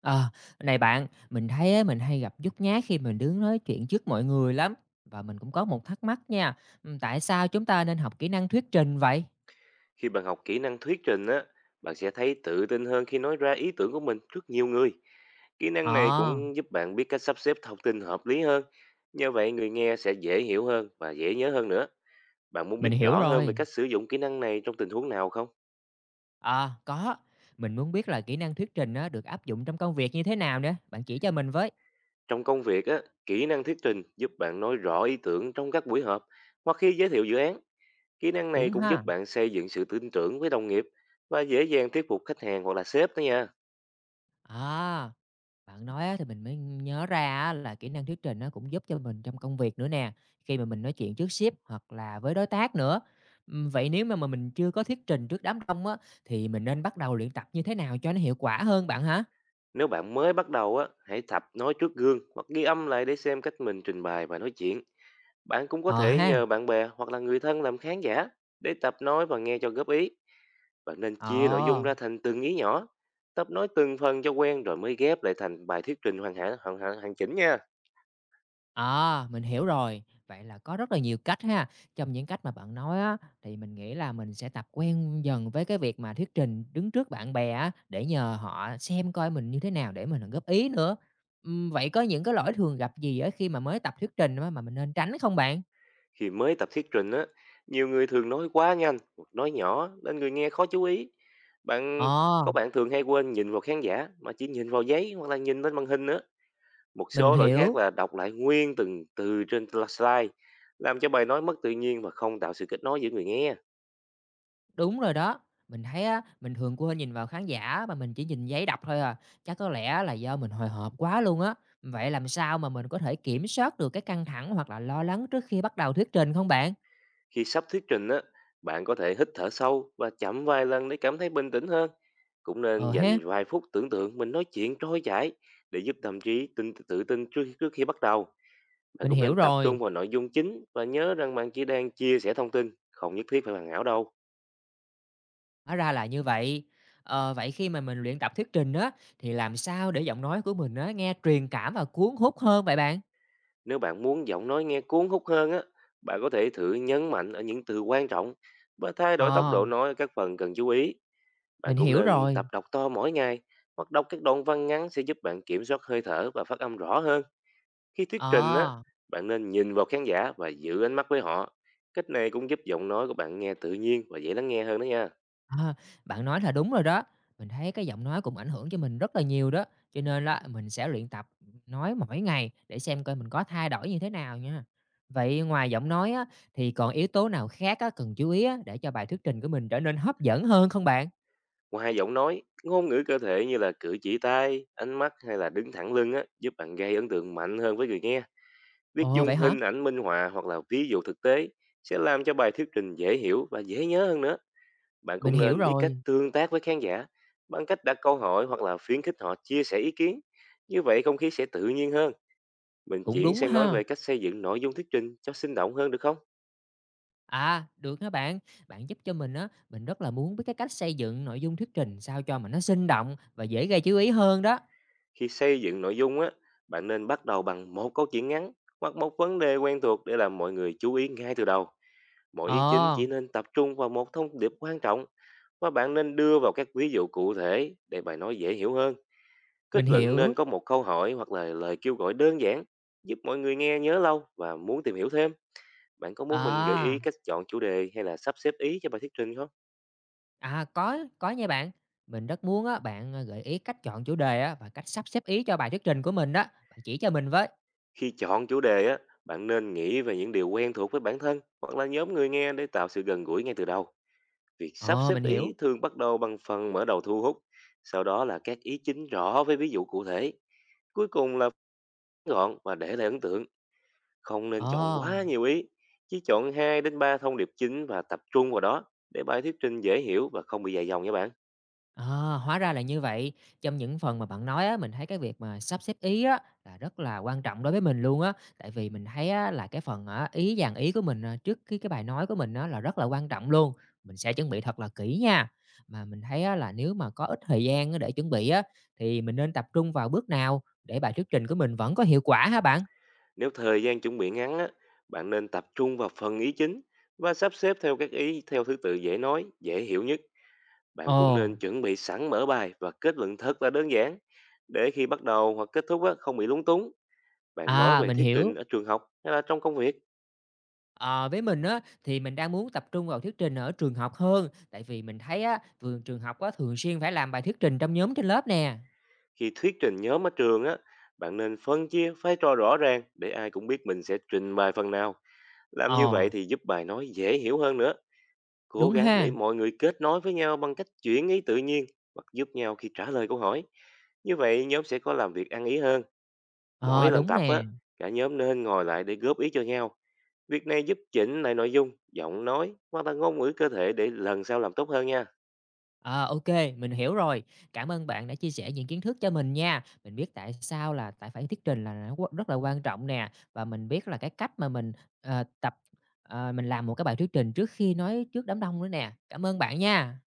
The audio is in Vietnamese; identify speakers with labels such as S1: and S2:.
S1: Ờ, này bạn, mình thấy á, mình hay gặp nhút nhát khi mình đứng nói chuyện trước mọi người lắm. Và mình cũng có một thắc mắc nha, ừ, tại sao chúng ta nên học kỹ năng thuyết trình vậy?
S2: Khi bạn học kỹ năng thuyết trình á, bạn sẽ thấy tự tin hơn khi nói ra ý tưởng của mình trước nhiều người. Kỹ năng này
S1: Ờ,
S2: cũng giúp bạn biết cách sắp xếp thông tin hợp lý hơn. Như vậy người nghe sẽ dễ hiểu hơn và dễ nhớ hơn nữa. Bạn muốn
S1: mình
S2: biết
S1: hiểu
S2: rõ hơn về
S1: rồi.
S2: cách sử dụng kỹ năng này trong tình huống nào không?
S1: Ờ, có. Mình muốn biết là kỹ năng thuyết trình á, được áp dụng trong công việc như thế nào nữa. Bạn chỉ cho mình với.
S2: Trong công việc á, kỹ năng thuyết trình giúp bạn nói rõ ý tưởng trong các buổi họp hoặc khi giới thiệu dự án. Kỹ năng này
S1: Đúng
S2: cũng
S1: ha.
S2: giúp bạn xây dựng sự tin tưởng với đồng nghiệp và dễ dàng thuyết phục khách hàng hoặc là sếp đó nha.
S1: À, bạn nói á thì mình mới nhớ ra á là kỹ năng thuyết trình nó cũng giúp cho mình trong công việc nữa nè, khi mà mình nói chuyện trước sếp hoặc là với đối tác nữa. Vậy nếu mà mình chưa có thuyết trình trước đám đông á, thì mình nên bắt đầu luyện tập như thế nào cho nó hiệu quả hơn bạn hả?
S2: Nếu bạn mới bắt đầu á, hãy tập nói trước gương hoặc ghi âm lại để xem cách mình trình bày và nói chuyện. Bạn cũng có
S1: Ờ
S2: thể
S1: ha,
S2: nhờ bạn bè hoặc là người thân làm khán giả để tập nói và nghe cho góp ý. Bạn nên chia nội dung
S1: ờ.
S2: ra thành từng ý nhỏ, tập nói từng phần cho quen rồi mới ghép lại thành bài thuyết trình hoàn hảo hoàn, hoàn, hoàn chỉnh nha.
S1: À, mình hiểu rồi. Vậy là có rất là nhiều cách ha. Trong những cách mà bạn nói á, thì mình nghĩ là mình sẽ tập quen dần với cái việc mà thuyết trình đứng trước bạn bè á, để nhờ họ xem coi mình như thế nào để mình góp ý nữa. Vậy có những cái lỗi thường gặp gì á khi mà mới tập thuyết trình á mà mình nên tránh không bạn?
S2: Khi mới tập thuyết trình á, nhiều người thường nói quá nhanh hoặc nói nhỏ nên người nghe khó chú ý. Bạn
S1: Ờ,
S2: có bạn thường hay quên nhìn vào khán giả mà chỉ nhìn vào giấy hoặc là nhìn lên màn hình nữa. Một
S1: mình
S2: số lỗi khác
S1: hiểu.
S2: là đọc lại nguyên từng từ trên slide, làm cho bài nói mất tự nhiên và không tạo sự kết nối giữa người nghe.
S1: Đúng rồi đó. Mình thấy á, mình thường quên nhìn vào khán giả mà mình chỉ nhìn giấy đọc thôi à. Chắc có lẽ là do mình hồi hộp quá luôn á. Vậy làm sao mà mình có thể kiểm soát được cái căng thẳng hoặc là lo lắng trước khi bắt đầu thuyết trình không bạn?
S2: Khi sắp thuyết trình á, bạn có thể hít thở sâu và chậm vài lần để cảm thấy bình tĩnh hơn. Cũng nên
S1: Ờ ha,
S2: dành vài phút tưởng tượng mình nói chuyện trôi chảy để giúp tâm trí tự tin trước trước khi bắt đầu. Bạn
S1: mình
S2: cũng
S1: hiểu
S2: nên tập
S1: rồi.
S2: trung vào nội dung chính và nhớ rằng bạn chỉ đang chia sẻ thông tin, không nhất thiết phải hoàn hảo đâu.
S1: Hóa ra là như vậy. Ờ, vậy khi mà mình luyện tập thuyết trình á, thì làm sao để giọng nói của mình á, nghe truyền cảm và cuốn hút hơn vậy bạn?
S2: Nếu bạn muốn giọng nói nghe cuốn hút hơn á, bạn có thể thử nhấn mạnh ở những từ quan trọng và thay đổi tốc
S1: Ờ,
S2: độ nói ở các phần cần chú ý. Bạn
S1: mình
S2: cũng
S1: hiểu
S2: nên tập
S1: rồi.
S2: đọc to mỗi ngày hoặc đọc các đoạn văn ngắn sẽ giúp bạn kiểm soát hơi thở và phát âm rõ hơn. Khi thuyết trình á,
S1: Ờ.
S2: bạn nên nhìn vào khán giả và giữ ánh mắt với họ. Cách này cũng giúp giọng nói của bạn nghe tự nhiên và dễ lắng nghe hơn đó nha.
S1: Ờ, bạn nói là đúng rồi đó. Mình thấy cái giọng nói cũng ảnh hưởng cho mình rất là nhiều đó, cho nên là mình sẽ luyện tập nói mỗi ngày để xem coi mình có thay đổi như thế nào nha. Vậy ngoài giọng nói á, thì còn yếu tố nào khác á, cần chú ý á, để cho bài thuyết trình của mình trở nên hấp dẫn hơn không bạn?
S2: Ngoài giọng nói, ngôn ngữ cơ thể như là cử chỉ tay, ánh mắt hay là đứng thẳng lưng á, giúp bạn gây ấn tượng mạnh hơn với người nghe. Việc
S1: Ồ,
S2: dùng
S1: vậy hả?
S2: hình ảnh minh họa hoặc là ví dụ thực tế sẽ làm cho bài thuyết trình dễ hiểu và dễ nhớ hơn nữa. Bạn
S1: Mình
S2: cũng
S1: hiểu
S2: nên biết cách
S1: rồi,
S2: tương tác với khán giả bằng cách đặt câu hỏi hoặc là khuyến khích họ chia sẻ ý kiến. Như vậy không khí sẽ tự nhiên hơn. Mình
S1: cũng
S2: chuyển
S1: đúng
S2: sang nói
S1: ha.
S2: về cách xây dựng nội dung thuyết trình cho sinh động hơn được không?
S1: À, được hả bạn? Bạn giúp cho mình á, mình rất là muốn biết cái cách xây dựng nội dung thuyết trình sao cho mà nó sinh động và dễ gây chú ý hơn đó.
S2: Khi xây dựng nội dung á, bạn nên bắt đầu bằng một câu chuyện ngắn hoặc một vấn đề quen thuộc để làm mọi người chú ý ngay từ đầu. Mỗi ý chính
S1: Ồ,
S2: chỉ nên tập trung vào một thông điệp quan trọng và bạn nên đưa vào các ví dụ cụ thể để bài nói dễ hiểu hơn.
S1: mình
S2: Kết luận
S1: hiểu.
S2: nên có một câu hỏi hoặc là lời kêu gọi đơn giản giúp mọi người nghe nhớ lâu và muốn tìm hiểu thêm. Bạn có muốn mình gợi
S1: À.
S2: ý cách chọn chủ đề hay là sắp xếp ý cho bài thuyết trình không?
S1: À, có nha bạn. Mình rất muốn á, bạn, gợi ý cách chọn chủ đề á, và cách sắp xếp ý cho bài thuyết trình của mình đó. Bạn chỉ cho mình với.
S2: Khi chọn chủ đề á, bạn nên nghĩ về những điều quen thuộc với bản thân hoặc là nhóm người nghe để tạo sự gần gũi ngay từ đầu. Việc sắp
S1: Ờ,
S2: xếp
S1: mình hiểu.
S2: ý thường bắt đầu bằng phần mở đầu thu hút, sau đó là các ý chính rõ với ví dụ cụ thể. Cuối cùng là gọn và để lại ấn tượng. Không nên chọn
S1: Ờ.
S2: quá nhiều ý, chỉ chọn 2 đến 3 thông điệp chính và tập trung vào đó để bài thuyết trình dễ hiểu và không bị dài dòng nha bạn.
S1: À, hóa ra là như vậy. Trong những phần mà bạn nói á, mình thấy cái việc mà sắp xếp ý á, là rất là quan trọng đối với mình luôn á. Tại vì mình thấy á, là cái phần á, ý dàn ý của mình à, trước cái bài nói của mình á, là rất là quan trọng luôn. Mình sẽ chuẩn bị thật là kỹ nha. Mà mình thấy á, là nếu mà có ít thời gian á, để chuẩn bị á, thì mình nên tập trung vào bước nào để bài thuyết trình của mình vẫn có hiệu quả hả bạn?
S2: Nếu thời gian chuẩn bị ngắn á, bạn nên tập trung vào phần ý chính và sắp xếp theo các ý theo thứ tự dễ nói, dễ hiểu nhất. Bạn cũng nên
S1: Ồ,
S2: chuẩn bị sẵn mở bài và kết luận thật là đơn giản để khi bắt đầu hoặc kết thúc á, không bị lúng túng. Bạn nói
S1: à,
S2: về
S1: mình
S2: thuyết
S1: hiểu.
S2: trình ở trường học hay là trong công việc?
S1: Ờ, với mình á, thì mình đang muốn tập trung vào thuyết trình ở trường học hơn, tại vì mình thấy á, vườn trường học á, thường xuyên phải làm bài thuyết trình trong nhóm trên lớp nè.
S2: Khi thuyết trình nhóm ở trường á, bạn nên phân chia vai trò rõ ràng để ai cũng biết mình sẽ trình bày phần nào. Làm như vậy
S1: Ờ,
S2: thì giúp bài nói dễ hiểu hơn nữa. Cố
S1: đúng
S2: gắng
S1: ha,
S2: để mọi người kết nối với nhau bằng cách chuyển ý tự nhiên hoặc giúp nhau khi trả lời câu hỏi. Như vậy nhóm sẽ có làm việc ăn ý hơn. Mỗi
S1: ờ,
S2: lần
S1: đúng
S2: tập á,
S1: nè.
S2: cả nhóm nên ngồi lại để góp ý cho nhau. Việc này giúp chỉnh lại nội dung, giọng nói hoặc là ngôn ngữ cơ thể để lần sau làm tốt hơn nha.
S1: Ờ, ok, mình hiểu rồi. Cảm ơn bạn đã chia sẻ những kiến thức cho mình nha. Mình biết tại sao là tại phải thuyết trình là nó quá- rất là quan trọng nè, và mình biết là cái cách mà mình tập mình làm một cái bài thuyết trình trước khi nói trước đám đông nữa nè. Cảm ơn bạn nha.